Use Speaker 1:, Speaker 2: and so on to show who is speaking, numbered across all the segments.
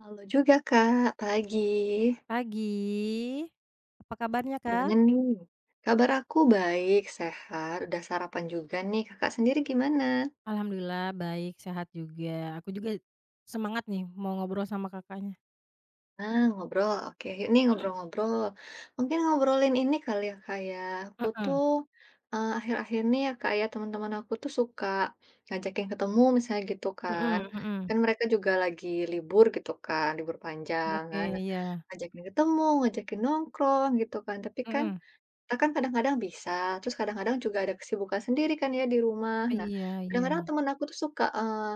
Speaker 1: Halo juga Kak, pagi.
Speaker 2: Pagi, apa kabarnya,
Speaker 1: Gimana
Speaker 2: Kak?
Speaker 1: nih? Kabar aku baik, sehat, udah sarapan juga nih. Kakak sendiri gimana?
Speaker 2: Alhamdulillah baik, sehat juga. Aku juga semangat nih mau ngobrol sama Kakaknya.
Speaker 1: Nah, ngobrol. Oke, yuk nih ngobrol-ngobrol. Mungkin ngobrolin ini kali ya Kak ya. Aku
Speaker 2: Heeh.
Speaker 1: tuh akhir-akhir ini ya Kak ya, teman-teman aku tuh suka ngajakin ketemu misalnya gitu kan.
Speaker 2: Mhm, mhm.
Speaker 1: Kan mereka juga lagi libur gitu kan, libur panjang
Speaker 2: Oke,
Speaker 1: kan. Nah,
Speaker 2: iya.
Speaker 1: ngajakin ketemu, ngajakin nongkrong gitu kan. Tapi kan
Speaker 2: Mhm.
Speaker 1: kita kan kadang-kadang bisa, terus kadang-kadang juga ada kesibukan sendiri kan ya di rumah. Nah,
Speaker 2: Iya, iya.
Speaker 1: kadang-kadang temen aku tuh suka,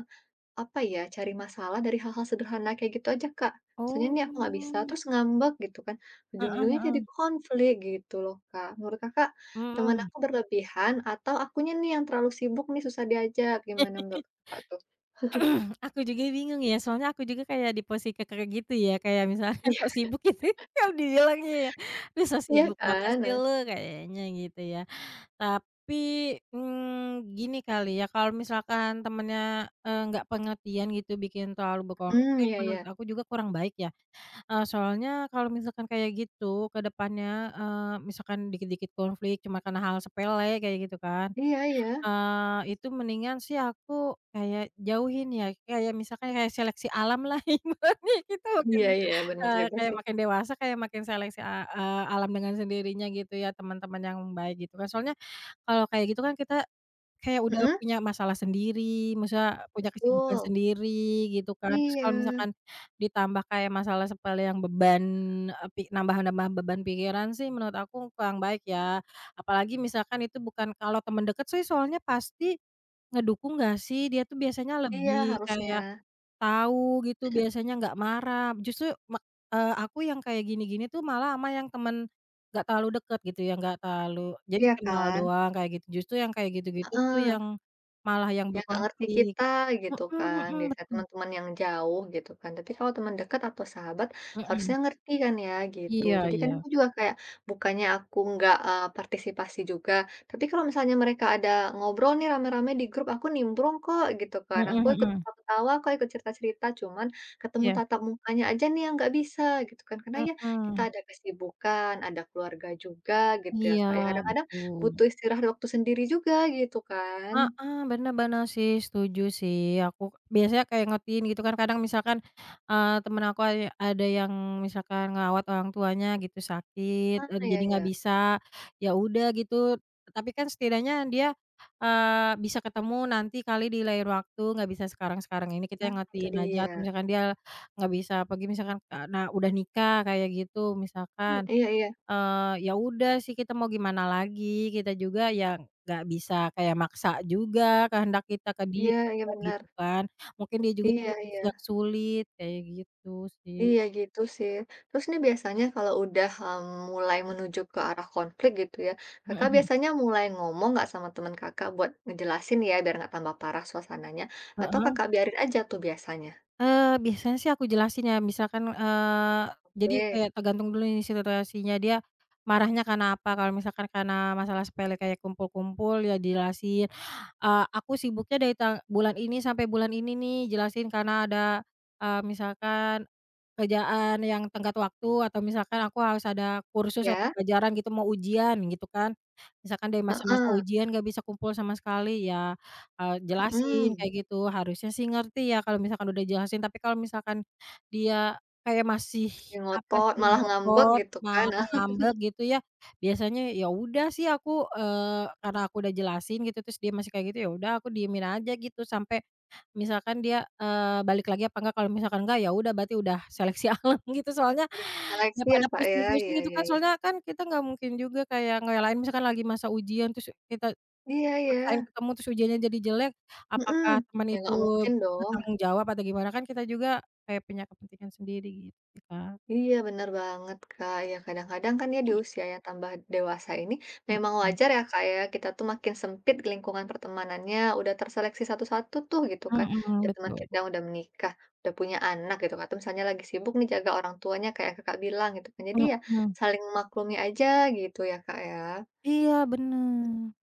Speaker 1: apa ya, cari masalah dari hal-hal sederhana kayak gitu aja, Kak. Misalnya
Speaker 2: Oh.
Speaker 1: nih aku nggak bisa, terus ngambek gitu kan,
Speaker 2: Heeh,
Speaker 1: ujung-ujungnya
Speaker 2: heeh.
Speaker 1: jadi konflik gitu loh, Kak. Menurut Kakak, teman
Speaker 2: Mhm.
Speaker 1: aku berlebihan atau akunya nih yang terlalu sibuk nih susah diajak, gimana menurut Kakak tuh?
Speaker 2: Aku juga bingung ya, soalnya aku juga kayak di posisi Kakak gitu ya, kayak misalnya sok
Speaker 1: Iya,
Speaker 2: sibuk gitu, kalau dibilangnya ya, "Duh, sok
Speaker 1: iya
Speaker 2: sibuk banget
Speaker 1: kan?
Speaker 2: sih
Speaker 1: Nah,
Speaker 2: lu," kayaknya gitu ya. Tapi, gini kali ya, kalau misalkan temennya, nggak pengertian gitu, bikin terlalu
Speaker 1: hmm,
Speaker 2: berkonflik,
Speaker 1: iya iya.
Speaker 2: menurut aku juga kurang baik ya. Soalnya kalau misalkan kayak gitu, ke depannya, misalkan dikit-dikit konflik cuma karena hal sepele kayak gitu kan,
Speaker 1: Iya iya.
Speaker 2: itu mendingan sih aku kayak jauhin ya, kayak misalkan kayak seleksi alam lah ibaratnya kita makin,
Speaker 1: Iya iya, bener juga
Speaker 2: kayak
Speaker 1: sih.
Speaker 2: makin dewasa, kayak makin alam dengan sendirinya gitu ya, teman-teman yang baik gitu kan. Soalnya kalau kayak gitu kan kita kayak udah
Speaker 1: Mhm,
Speaker 2: punya masalah sendiri, maksudnya punya kesibukan
Speaker 1: betul.
Speaker 2: sendiri gitu kan. Terus kalau misalkan
Speaker 1: Iya.
Speaker 2: ditambah kayak masalah sepele yang beban, eee, pi nambah-nambah beban pikiran sih menurut aku kurang baik ya. Apalagi misalkan itu bukan kalau teman dekat sih soalnya pasti ngedukung nggak sih, dia tuh biasanya
Speaker 1: Iya,
Speaker 2: lebih kayak
Speaker 1: harusnya.
Speaker 2: tahu gitu, biasanya nggak marah, justru me aku yang kayak gini-gini tuh malah sama yang temen nggak terlalu deket gitu ya, nggak terlalu jadi
Speaker 1: Iya
Speaker 2: kenal
Speaker 1: kan?
Speaker 2: doang kayak gitu, justru yang kayak gitu-gitu tuh yang malah yang
Speaker 1: Yang nggak ngerti
Speaker 2: berkonflik.
Speaker 1: kita gitu
Speaker 2: Mhm,
Speaker 1: kan,
Speaker 2: mhm,
Speaker 1: biasanya
Speaker 2: betul,
Speaker 1: teman-teman yang jauh gitu kan, tapi kalau teman dekat atau sahabat
Speaker 2: mhm.
Speaker 1: harusnya ngerti kan ya gitu.
Speaker 2: Iya,
Speaker 1: Jadi kan
Speaker 2: iya.
Speaker 1: aku juga kayak bukannya aku nggak, partisipasi juga, tapi kalau misalnya mereka ada ngobrol nih rame-rame di grup, aku nimbrung kok gitu kan, aku
Speaker 2: Mhm,
Speaker 1: ikut
Speaker 2: mhm.
Speaker 1: ketawa-ketawa kok, ikut cerita-cerita, cuman ketemu
Speaker 2: Iya.
Speaker 1: tatap mukanya aja nih yang nggak bisa gitu kan. Karena ya kita
Speaker 2: Mhm.
Speaker 1: ada kesibukan, ada keluarga juga gitu ya,
Speaker 2: Iya,
Speaker 1: Kak, ya, kadang-kadang
Speaker 2: betul.
Speaker 1: butuh istirahat waktu sendiri juga gitu kan.
Speaker 2: Heeh, bener bener sih, setuju sih. Aku biasanya kayak ngertiin gitu kan, kadang misalkan, temen aku ada yang misalkan ngerawat orang tuanya gitu sakit,
Speaker 1: Ah, iya
Speaker 2: jadi nggak
Speaker 1: iya.
Speaker 2: bisa, ya udah gitu, tapi kan setidaknya dia, bisa ketemu nanti kali di lain waktu, nggak bisa sekarang-sekarang ini, kita
Speaker 1: Ah,
Speaker 2: yang
Speaker 1: itu
Speaker 2: ngertiin aja
Speaker 1: dia.
Speaker 2: atau misalkan dia nggak bisa pergi misalkan karena udah nikah kayak gitu
Speaker 1: Mmm,
Speaker 2: misalkan.
Speaker 1: iya iya.
Speaker 2: Ya udah sih kita mau gimana lagi, kita juga ya nggak bisa kayak maksa juga kehendak kita ke dia
Speaker 1: Iya iya benar.
Speaker 2: gitu kan. Mungkin dia juga di
Speaker 1: Iya
Speaker 2: posisi yang
Speaker 1: iya.
Speaker 2: sulit kayak gitu sih.
Speaker 1: Iya gitu sih. Terus nih biasanya kalau udah, mmm, mulai menuju ke arah konflik gitu ya,
Speaker 2: Mhm,
Speaker 1: Kakak
Speaker 2: mhm.
Speaker 1: biasanya mulai ngomong nggak sama teman Kakak buat ngejelasin ya biar nggak tambah parah suasananya, atau
Speaker 2: Heeh.
Speaker 1: Kakak biarin aja tuh biasanya?
Speaker 2: Biasanya sih aku jelasin ya misalkan, jadi
Speaker 1: Oke,
Speaker 2: kayak tergantung dulu nih situasinya dia marahnya karena apa, kalau misalkan karena masalah sepele kayak kumpul-kumpul ya dijelasin, "Aku sibuknya dari tang bulan ini sampai bulan ini nih," jelasin karena ada, misalkan kerjaan yang tenggat waktu atau misalkan aku harus ada kursus atau
Speaker 1: ya?
Speaker 2: pelajaran gitu mau ujian gitu kan, misalkan dari masa-masa
Speaker 1: Heeh,
Speaker 2: ujian nggak bisa kumpul sama sekali ya. Jelasin
Speaker 1: mhm.
Speaker 2: kayak gitu, harusnya sih ngerti ya kalau misalkan udah jelasin, tapi kalau misalkan dia kayak masih,
Speaker 1: Masih
Speaker 2: apa
Speaker 1: ngotot,
Speaker 2: sih,
Speaker 1: malah ngambek
Speaker 2: ngotot,
Speaker 1: gitu kan.
Speaker 2: marah, ngambek gitu ya, biasanya ya udah sih aku, karena aku udah jelasin gitu terus dia masih kayak gitu, ya udah aku diemin aja gitu sampai misalkan dia, balik lagi apa enggak, kalau misalkan enggak, ya udah berarti udah seleksi alam gitu, soalnya
Speaker 1: Udah terseleksi ya,
Speaker 2: daripada
Speaker 1: Kak, ya.
Speaker 2: pusing-pusing
Speaker 1: Iya
Speaker 2: gitu
Speaker 1: iya
Speaker 2: kan,
Speaker 1: iya.
Speaker 2: soalnya kan kita nggak mungkin juga kayak ngelain misalkan lagi masa ujian terus kita
Speaker 1: Iya
Speaker 2: maksain
Speaker 1: iya.
Speaker 2: ketemu terus ujiannya jadi jelek,
Speaker 1: Mhm.
Speaker 2: apakah teman
Speaker 1: Ya
Speaker 2: itu
Speaker 1: nggak mungkin dong.
Speaker 2: bertanggung jawab atau gimana, kan kita juga kayak punya kepentingan sendiri gitu sih, Kak.
Speaker 1: Iya bener banget, Kak. Ya kadang-kadang kan ya di usia yang tambah dewasa ini memang
Speaker 2: Mhm,
Speaker 1: wajar. Mhm. Ya, Kak, ya, kita tuh makin sempit lingkungan pertemanannya, udah terseleksi satu-satu tuh gitu kan.
Speaker 2: mhm,
Speaker 1: Ada teman
Speaker 2: betul,
Speaker 1: kita yang udah menikah, udah punya anak gitu kan, atau misalnya lagi sibuk nih jaga orang tuanya kayak Kakak bilang gitu kan. Jadi ya
Speaker 2: mhm.
Speaker 1: saling maklumi aja gitu ya, Kak, ya.
Speaker 2: Iya bener.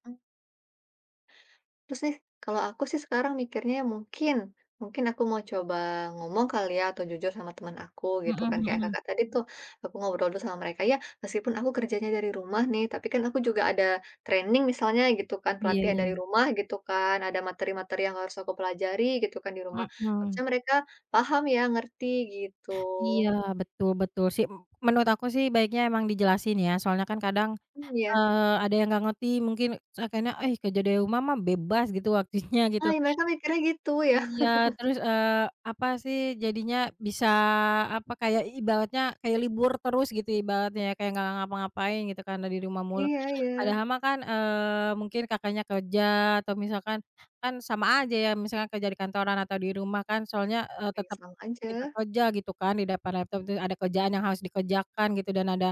Speaker 1: Terus nih, kalau aku sih sekarang mikirnya ya mungkin aku mau coba ngomong kali ya atau jujur sama teman aku gitu
Speaker 2: Mhm,
Speaker 1: kan, kayak
Speaker 2: mhm.
Speaker 1: Kakak tadi tuh aku ngobrol dulu sama mereka, ya meskipun aku kerjanya dari rumah nih, tapi kan aku juga ada training misalnya gitu kan,
Speaker 2: Iya,
Speaker 1: pelatihan
Speaker 2: iya.
Speaker 1: dari rumah gitu kan, ada materi-materi yang harus aku pelajari gitu kan di rumah.
Speaker 2: Mhm.
Speaker 1: Harusnya mereka paham ya, ngerti gitu.
Speaker 2: Iya, betul betul sih, menurut aku sih baiknya emang dijelasin ya, soalnya kan kadang,
Speaker 1: Mmm, iya.
Speaker 2: eee, ada yang nggak ngerti mungkin, terus akhirnya, "eh, kerja dari rumah mah bebas gitu waktunya," gitu.
Speaker 1: Ah, ya mereka mikirnya gitu ya.
Speaker 2: Iya, terus, apa sih, jadinya bisa, apa, kayak ibaratnya kayak libur terus gitu ibaratnya ya, kayak nggak ngapa-ngapain gitu karena di rumah mulu.
Speaker 1: Iya iya.
Speaker 2: Mhm. Padahal mah kan, mungkin Kakaknya kerja atau misalkan kan sama aja ya misalkan kerja di kantoran atau di rumah kan soalnya,
Speaker 1: Ya
Speaker 2: tetap
Speaker 1: sama
Speaker 2: kita
Speaker 1: aja.
Speaker 2: kerja gitu kan di depan laptop tuh ada kerjaan yang harus dikerjakan gitu dan ada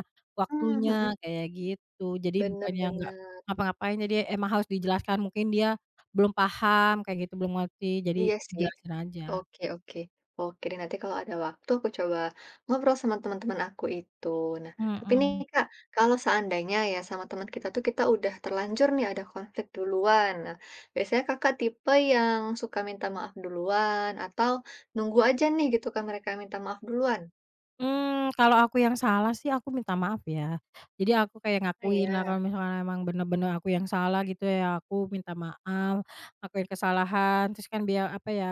Speaker 1: Mmm,
Speaker 2: waktunya
Speaker 1: mhm.
Speaker 2: kayak gitu. Jadi
Speaker 1: Bener
Speaker 2: bukannya nggak
Speaker 1: bener.
Speaker 2: ngapa-ngapain, jadi emang harus dijelaskan mungkin dia belum paham kayak gitu, belum ngerti, jadi
Speaker 1: Iya sih.
Speaker 2: jelasin aja.
Speaker 1: Oke oke. Oke deh, nanti kalau ada waktu aku coba ngobrol sama teman-teman aku itu. Nah, tapi nih
Speaker 2: Mhm.
Speaker 1: Kak, kalau seandainya ya sama teman kita tuh kita udah terlanjur nih ada konflik duluan. Nah, biasanya Kakak tipe yang suka minta maaf duluan atau nunggu aja nih gitu kan mereka minta maaf duluan?
Speaker 2: Kalau aku yang salah sih aku minta maaf ya. Jadi aku kayak
Speaker 1: Oh
Speaker 2: ngakuin lah,
Speaker 1: iya.
Speaker 2: kalau misalkan emang bener-bener aku yang salah gitu ya, aku minta maaf, ngakuin kesalahan, terus kan biar apa ya,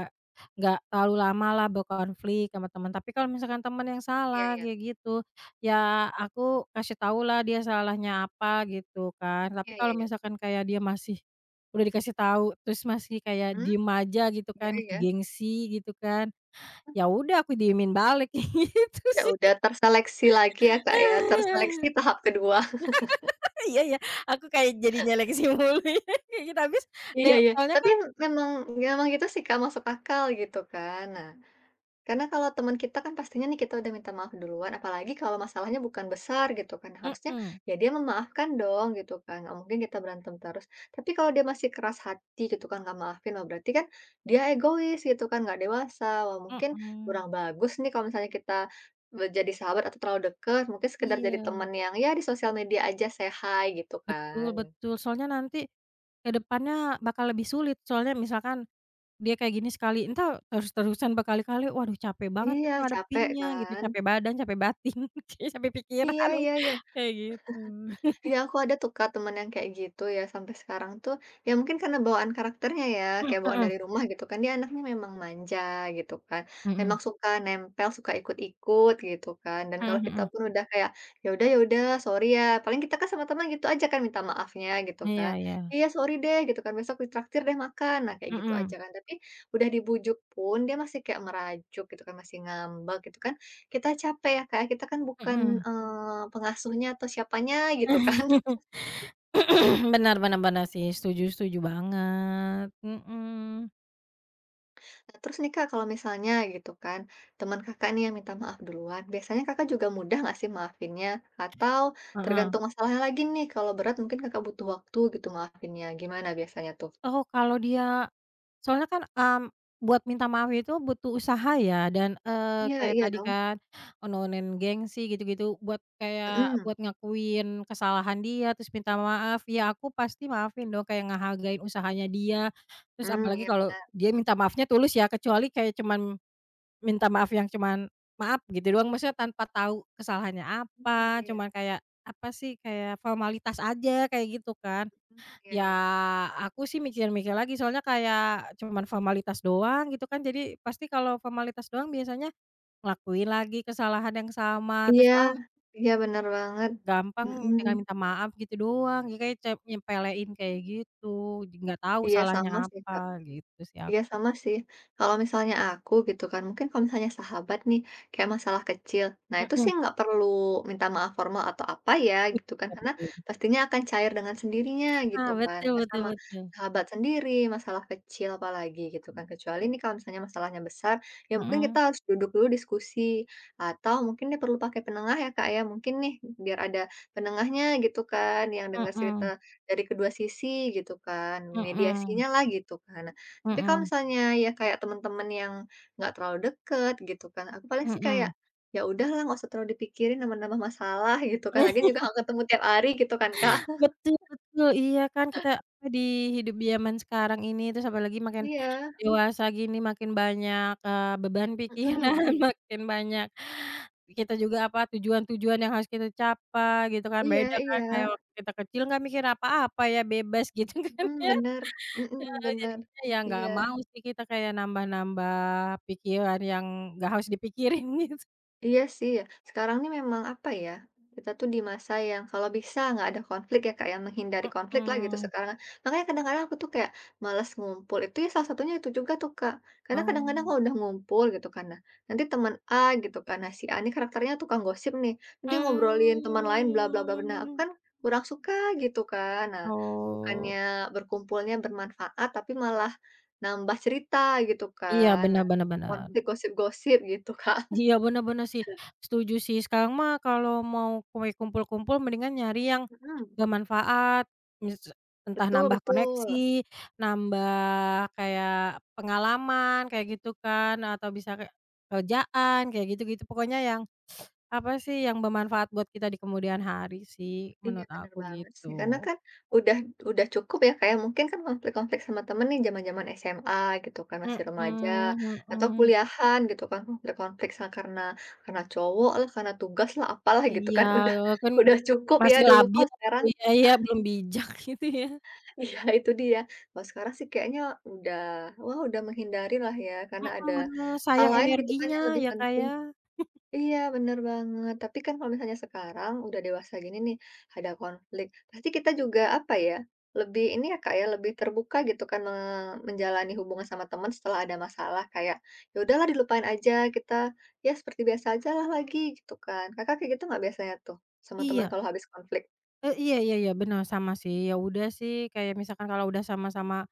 Speaker 2: nggak terlalu lama lah berkonflik sama teman. Tapi kalau misalkan teman yang
Speaker 1: Iya
Speaker 2: salah
Speaker 1: iya.
Speaker 2: kayak gitu, ya aku kasih tahu lah dia salahnya apa gitu kan.
Speaker 1: Mmm,
Speaker 2: Tapi
Speaker 1: iya iya
Speaker 2: kalau
Speaker 1: iya.
Speaker 2: misalkan kayak dia masih udah dikasih tahu, terus masih kayak
Speaker 1: Mmm,
Speaker 2: diem aja gitu
Speaker 1: iya
Speaker 2: kan, ke
Speaker 1: iya.
Speaker 2: gengsi gitu kan, ya udah aku diemin balik kayak gitu
Speaker 1: Ya
Speaker 2: sih.
Speaker 1: udah terseleksi lagi ya Kak ya, terseleksi tahap kedua.
Speaker 2: Iya, iya, aku kayak jadi nyeleksi mulu ya, kayak gitu habis de
Speaker 1: Iya iya,
Speaker 2: soalnya
Speaker 1: tapi
Speaker 2: kan.
Speaker 1: memang memang gitu sih Kak, masuk akal gitu kan. Nah, karena kalau teman kita kan pastinya nih kita udah minta maaf duluan, apalagi kalau masalahnya bukan besar gitu kan, harusnya
Speaker 2: Mhm,
Speaker 1: ya dia memaafkan dong gitu kan, nggak mungkin kita berantem terus. Tapi kalau dia masih keras hati gitu kan, nggak maafin, wah berarti kan dia egois gitu kan, nggak dewasa, wah mungkin
Speaker 2: mhm.
Speaker 1: kurang bagus nih kalau misalnya kita jadi sahabat atau terlalu dekat, mungkin sekedar jadi
Speaker 2: Iya,
Speaker 1: teman yang ya di sosial media aja say hi gitu
Speaker 2: betul
Speaker 1: kan.
Speaker 2: betul, soalnya nanti ke depannya bakal lebih sulit, soalnya misalkan dia kayak gini sekali, entar terus-terusan berkali-kali, waduh capek banget
Speaker 1: Iya,
Speaker 2: kita
Speaker 1: capek
Speaker 2: ngadepinnya gitu,
Speaker 1: kan.
Speaker 2: capek badan, capek batin, kayaknya capek pikiran,
Speaker 1: Iya iya iya.
Speaker 2: kayak gitu.
Speaker 1: Iya, aku ada tuh Kak, temen yang kayak gitu ya, sampai sekarang tuh, ya mungkin karena bawaan karakternya ya, kayak bawaan
Speaker 2: Heeh.
Speaker 1: dari rumah gitu kan, dia anaknya memang manja gitu kan,
Speaker 2: Mhm,
Speaker 1: memang
Speaker 2: mhm,
Speaker 1: suka nempel, suka ikut-ikut gitu kan, dan
Speaker 2: mhm,
Speaker 1: kalau kita
Speaker 2: mhm.
Speaker 1: pun udah kayak, ya udah, sorry ya, paling kita kan sama teman gitu aja kan minta maafnya gitu
Speaker 2: Iya,
Speaker 1: kan,
Speaker 2: iya.
Speaker 1: iya sorry deh gitu kan, besok ditraktir deh makan, nah kayak gitu aja
Speaker 2: Mhm,
Speaker 1: kan, tapi udah dibujuk pun dia masih kayak merajuk gitu kan, masih ngambek gitu kan, kita capek ya, Kak, kita kan bukan,
Speaker 2: mhm.
Speaker 1: pengasuhnya atau siapanya gitu kan.
Speaker 2: Benar, benar, benar sih, setuju, setuju banget. Mhm.
Speaker 1: Nah, terus nih, Kak, kalau misalnya gitu kan, teman Kakak nih yang minta maaf duluan, biasanya Kakak juga mudah nggak sih maafinnya? Atau
Speaker 2: Heeh.
Speaker 1: tergantung masalahnya lagi nih, kalau berat mungkin Kakak butuh waktu gitu maafinnya, gimana biasanya tuh?
Speaker 2: Oh, kalau dia soalnya kan, buat minta maaf itu butuh usaha ya, dan eh
Speaker 1: Iya
Speaker 2: kayak
Speaker 1: iya
Speaker 2: tadi
Speaker 1: dong,
Speaker 2: kan nurunin gengsi gitu-gitu buat kayak
Speaker 1: mhm,
Speaker 2: buat ngakuin kesalahan dia terus minta maaf, ya aku pasti maafin dong kayak ngehargain usahanya dia, terus
Speaker 1: mmm,
Speaker 2: apalagi
Speaker 1: iya
Speaker 2: kalau
Speaker 1: benar,
Speaker 2: dia minta maafnya tulus ya, kecuali kayak cuman minta maaf yang cuman, "Maaf," gitu doang, maksudnya tanpa tahu kesalahannya
Speaker 1: mhm,
Speaker 2: apa,
Speaker 1: iya,
Speaker 2: cuman kayak, apa sih, kayak formalitas aja, kayak gitu kan.
Speaker 1: mmm, iya
Speaker 2: Ya,
Speaker 1: iya.
Speaker 2: aku sih mikir-mikir lagi, soalnya kayak cuman formalitas doang, gitu kan, jadi pasti kalau formalitas doang biasanya ngelakuin lagi kesalahan yang sama, terus,
Speaker 1: Iya,
Speaker 2: ah,
Speaker 1: iya bener banget,
Speaker 2: gampang
Speaker 1: mhm,
Speaker 2: tinggal minta maaf gitu doang, ya kayak nyepelein kayak gitu, jadi nggak tahu
Speaker 1: iya
Speaker 2: salahnya
Speaker 1: sama sih,
Speaker 2: apa,
Speaker 1: Kak.
Speaker 2: gitu sih
Speaker 1: Iya
Speaker 2: aku.
Speaker 1: sama sih. Kalau misalnya aku gitu kan, mungkin kalau misalnya sahabat nih, kayak masalah kecil. Nah itu
Speaker 2: Mhm,
Speaker 1: sih nggak perlu minta maaf formal atau apa ya gitu kan,
Speaker 2: iya
Speaker 1: karena
Speaker 2: betul.
Speaker 1: pastinya akan cair dengan sendirinya gitu
Speaker 2: Ah,
Speaker 1: kan.
Speaker 2: betul,
Speaker 1: Kayak
Speaker 2: betul,
Speaker 1: sama
Speaker 2: betul.
Speaker 1: sahabat sendiri, masalah kecil apalagi gitu kan. Kecuali nih kalau misalnya masalahnya besar, ya mungkin
Speaker 2: Mhm,
Speaker 1: kita harus duduk dulu diskusi. Atau mungkin dia perlu pakai penengah ya kak ya, mungkin nih biar ada penengahnya gitu kan, yang dengar cerita
Speaker 2: mhm.
Speaker 1: dari kedua sisi gitu kan,
Speaker 2: Mhm,
Speaker 1: mediasinya lah gitu kan. Tapi kalau
Speaker 2: mhm,
Speaker 1: misalnya ya kayak teman-teman yang nggak terlalu deket gitu kan, aku paling sih kayak,
Speaker 2: mhm.
Speaker 1: ya udahlah nggak usah terlalu dipikirin nambah-nambah masalah gitu kan, lagian juga aku ketemu tiap hari gitu kan, Kak.
Speaker 2: Betul, betul, iya kan kita apa di hidup zaman sekarang ini terus apalagi makin
Speaker 1: Iya,
Speaker 2: dewasa gini makin banyak, beban pikiran,
Speaker 1: mhm,
Speaker 2: makin banyak kita juga apa tujuan-tujuan yang harus kita capai gitu kan,
Speaker 1: iya
Speaker 2: beda kan
Speaker 1: iya,
Speaker 2: kayak waktu kita kecil nggak mikir apa-apa ya bebas gitu kan
Speaker 1: mhm,
Speaker 2: ya.
Speaker 1: bener, mhm,
Speaker 2: Heeh,
Speaker 1: bener,
Speaker 2: jadinya ya nggak
Speaker 1: iya.
Speaker 2: mau sih kita kayak nambah-nambah pikiran yang nggak harus dipikirin gitu.
Speaker 1: Iya sih ya, sekarang nih memang apa ya, kita tuh di masa yang kalau bisa nggak ada konflik ya kayak menghindari konflik lah gitu
Speaker 2: Mmm.
Speaker 1: sekarang. Makanya kadang-kadang aku tuh kayak malas ngumpul, itu ya salah satunya itu juga tuh Kak. Karena
Speaker 2: Oh.
Speaker 1: kadang-kadang kalau udah ngumpul gitu kan, nah nanti teman A gitu kan, nah si A ini karakternya tukang gosip nih, nanti ngobrolin teman lain bla bla bla, bla. Nah aku
Speaker 2: Mmm.
Speaker 1: kan kurang suka gitu kan. Nah bukannya
Speaker 2: Oh,
Speaker 1: berkumpulnya bermanfaat, tapi malah nambah cerita gitu
Speaker 2: iya,
Speaker 1: kan,
Speaker 2: bener,
Speaker 1: nah
Speaker 2: bener, bener.
Speaker 1: konflik gosip-gosip gitu Kak.
Speaker 2: Iya bener bener sih, setuju sih. Sekarang mah kalau mau kue kumpul-kumpul mendingan nyari yang
Speaker 1: Mhm.
Speaker 2: bermanfaat, mis entah
Speaker 1: Betul
Speaker 2: nambah
Speaker 1: betul.
Speaker 2: koneksi, nambah kayak pengalaman, kayak gitu kan, atau bisa kayak kerjaan, kayak gitu-gitu. Pokoknya yang, apa sih, yang bermanfaat buat kita di kemudian hari sih,
Speaker 1: Iya,
Speaker 2: menurut
Speaker 1: bener
Speaker 2: aku
Speaker 1: banget sih. Karena
Speaker 2: gitu.
Speaker 1: kan udah udah cukup ya, kayak mungkin kan konflik-konflik sama temen nih zaman-zaman SMA gitu kan, masih remaja,
Speaker 2: Mhm,
Speaker 1: atau
Speaker 2: mhm.
Speaker 1: kuliahan gitu kan, konflik-konflik sa karena cowok lah, karena tugas lah, apalah gitu
Speaker 2: Iya,
Speaker 1: kan. Udah
Speaker 2: kan
Speaker 1: udah cukup ya
Speaker 2: masih
Speaker 1: dulu.
Speaker 2: labil
Speaker 1: Kalau
Speaker 2: gitu
Speaker 1: sekarang
Speaker 2: ya, iya belum bijak gitu ya.
Speaker 1: iya, itu dia. Kalau sekarang sih kayaknya udah, wah, udah menghindari lah ya, karena
Speaker 2: Mhm,
Speaker 1: ada
Speaker 2: bener,
Speaker 1: hal
Speaker 2: sayang
Speaker 1: lain gitu kan
Speaker 2: energinya
Speaker 1: yang lebih
Speaker 2: ya, Kak, ya.
Speaker 1: penting. Iya, bener banget. Tapi kan kalau misalnya sekarang udah dewasa gini nih, ada konflik, pasti kita juga apa ya, lebih ini ya Kak ya, lebih terbuka gitu kan menjalani hubungan sama teman setelah ada masalah kayak, ya udahlah dilupain aja kita, ya seperti biasa aja lah lagi gitu kan. Kakak kayak gitu nggak biasanya tuh sama teman
Speaker 2: Iya,
Speaker 1: kalau habis konflik?
Speaker 2: iya, iya, iya, bener sama sih, ya udah sih kayak misalkan kalau udah sama-sama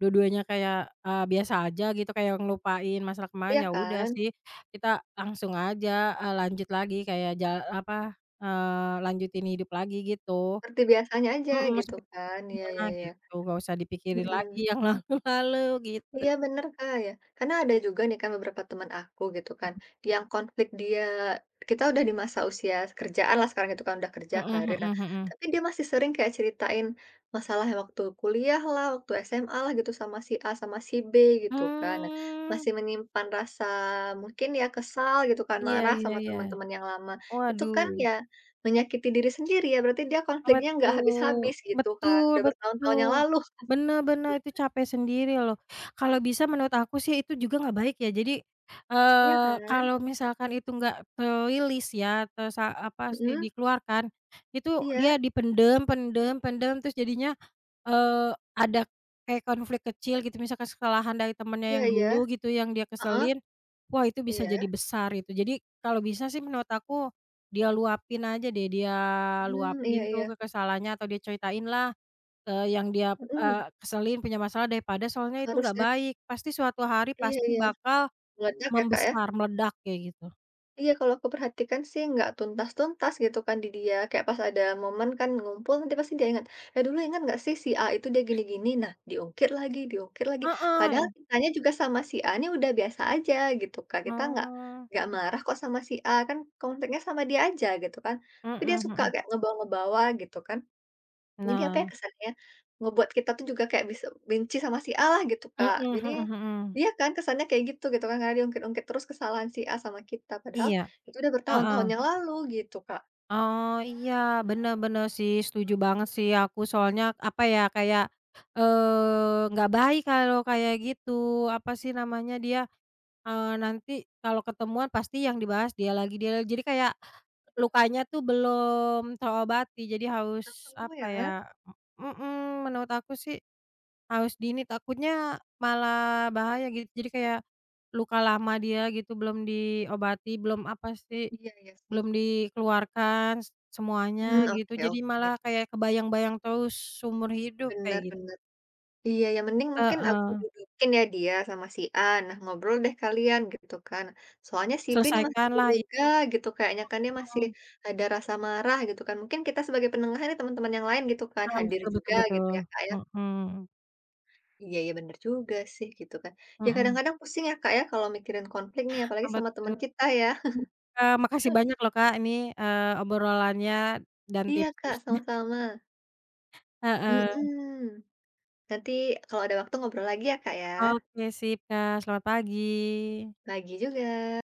Speaker 2: dua-duanya kayak, biasa aja gitu kayak ngelupain masalah kemarin,
Speaker 1: Iya
Speaker 2: ya udah
Speaker 1: kan?
Speaker 2: sih kita langsung aja, lanjut lagi kayak apa, lanjutin hidup lagi gitu.
Speaker 1: Seperti biasanya aja
Speaker 2: Mhm.
Speaker 1: gitu kan. Iya, iya, iya.
Speaker 2: gitu, nggak usah dipikirin lagi
Speaker 1: Mhm.
Speaker 2: yang lalu-lalu gitu.
Speaker 1: Iya bener, Kak, ya. Karena ada juga nih kan beberapa teman aku gitu kan, yang konflik dia kita udah di masa usia kerjaan lah sekarang gitu kan, udah kerja
Speaker 2: Mhm,
Speaker 1: karir. Nah,
Speaker 2: mhm, mhm.
Speaker 1: tapi dia masih sering kayak ceritain masalahnya waktu kuliah lah, waktu SMA lah gitu sama si A sama si B gitu kan. Nah,
Speaker 2: Mmm,
Speaker 1: masih menyimpan rasa mungkin ya kesal gitu kan,
Speaker 2: iya,
Speaker 1: marah
Speaker 2: iya,
Speaker 1: sama
Speaker 2: iya.
Speaker 1: teman-teman yang lama. Itu kan
Speaker 2: Waduh,
Speaker 1: ya menyakiti diri sendiri ya, berarti dia
Speaker 2: apa
Speaker 1: konfliknya nggak
Speaker 2: tuh?
Speaker 1: habis-habis gitu kan.
Speaker 2: Betul,
Speaker 1: Udah bertahun-tahun yang
Speaker 2: betul.
Speaker 1: lalu,
Speaker 2: Bener, bener, itu capek sendiri loh. Kalau bisa menurut aku sih itu juga nggak baik ya. Jadi,
Speaker 1: iya kan?
Speaker 2: kalau misalkan itu nggak terilis ya, terus apa sih,
Speaker 1: Mhm,
Speaker 2: dikeluarkan, itu
Speaker 1: iya.
Speaker 2: dia dipendem pendem pendem, terus jadinya Eee, ada kayak konflik kecil gitu, misalkan kesalahan dari temennya
Speaker 1: Iya
Speaker 2: yang
Speaker 1: iya,
Speaker 2: dulu gitu, yang dia
Speaker 1: heeh,
Speaker 2: keselin, wah itu bisa jadi
Speaker 1: iya,
Speaker 2: besar itu. Jadi kalau bisa sih menurut aku, dia luapin aja deh, dia
Speaker 1: mmm, iya
Speaker 2: luapin tuh
Speaker 1: iya,
Speaker 2: ke kesalahannya atau dia ceritain lah, yang dia,
Speaker 1: mhm,
Speaker 2: eee, keselin, punya masalah daripada soalnya itu nggak
Speaker 1: harusnya
Speaker 2: baik, pasti suatu hari
Speaker 1: iya
Speaker 2: pasti
Speaker 1: iya,
Speaker 2: bakal
Speaker 1: meledak ya, Kak, ya?
Speaker 2: membesar, meledak kayak gitu.
Speaker 1: Iya, kalau aku perhatikan sih nggak tuntas-tuntas gitu kan di dia, kayak pas ada momen kan ngumpul nanti pasti dia ingat, "Eh, dulu ingat nggak sih si A itu dia gini-gini?" Nah, diungkit lagi,
Speaker 2: Heeh,
Speaker 1: padahal
Speaker 2: ya.
Speaker 1: kitanya juga sama si A ini udah biasa aja gitu, Kak, kita nggak
Speaker 2: Oh.
Speaker 1: nggak marah kok sama si A, kan konfliknya sama dia aja gitu kan, tapi
Speaker 2: Mhm,
Speaker 1: dia suka
Speaker 2: mhm.
Speaker 1: kayak ngebawa-ngebawa gitu kan. Jadi apa ya
Speaker 2: Nah.
Speaker 1: kesannya, ngebuat kita tuh juga kayak bisa benci sama si A lah gitu,
Speaker 2: Mhm,
Speaker 1: Kak. Jadi
Speaker 2: mhm, mhm.
Speaker 1: iya kan kesannya kayak gitu gitu kan, karena diungkit-ungkit terus kesalahan si A sama kita, padahal
Speaker 2: Iya,
Speaker 1: itu udah bertahun-tahun
Speaker 2: heeh.
Speaker 1: yang lalu gitu, Kak.
Speaker 2: Oh, iya, bener bener sih, setuju banget sih aku soalnya, apa ya, kayak, nggak baik kalau kayak gitu, apa sih namanya, dia, nanti kalau ketemuan pasti yang dibahas dia lagi, jadi kayak lukanya tuh belum terobati, jadi harus,
Speaker 1: Oh
Speaker 2: apa ya,
Speaker 1: ya,
Speaker 2: mhm, menurut aku sih harus dini, takutnya malah bahaya gitu, jadi kayak luka lama dia gitu belum diobati, belum, apa sih
Speaker 1: iya iya sih.
Speaker 2: belum dikeluarkan
Speaker 1: Hmm
Speaker 2: semuanya gitu,
Speaker 1: oke
Speaker 2: jadi
Speaker 1: oke.
Speaker 2: malah kayak kebayang-bayang terus seumur hidup kayak
Speaker 1: Bener
Speaker 2: gitu.
Speaker 1: bener. Iya yang mending mungkin aku
Speaker 2: Heeh,
Speaker 1: dudukin ya dia sama si A, nah ngobrol deh kalian gitu kan. Soalnya si B ini masih belum
Speaker 2: selesaikanlah yang.
Speaker 1: lega gitu kayaknya kan, dia masih ada rasa marah gitu kan. Mungkin kita sebagai penengah nih teman-teman yang lain gitu kan,
Speaker 2: Heeh,
Speaker 1: hadir
Speaker 2: betul, betul,
Speaker 1: juga gitu
Speaker 2: betul.
Speaker 1: ya, Kak, ya.
Speaker 2: Mhm,
Speaker 1: Iya iya, bener juga sih, gitu kan. Ya
Speaker 2: mhm.
Speaker 1: kadang-kadang pusing ya, Kak, ya, kalau mikirin konflik nih, apalagi sama
Speaker 2: Betul.
Speaker 1: teman kita ya.
Speaker 2: Makasih banyak loh Kak ini, obrolannya dan
Speaker 1: Iya, Kak,
Speaker 2: tips-tipsnya.
Speaker 1: sama-sama.
Speaker 2: Heeh,
Speaker 1: Mhm. Nanti kalau ada waktu ngobrol lagi ya, Kak, ya.
Speaker 2: oke sip Kak, selamat pagi.
Speaker 1: Lagi juga.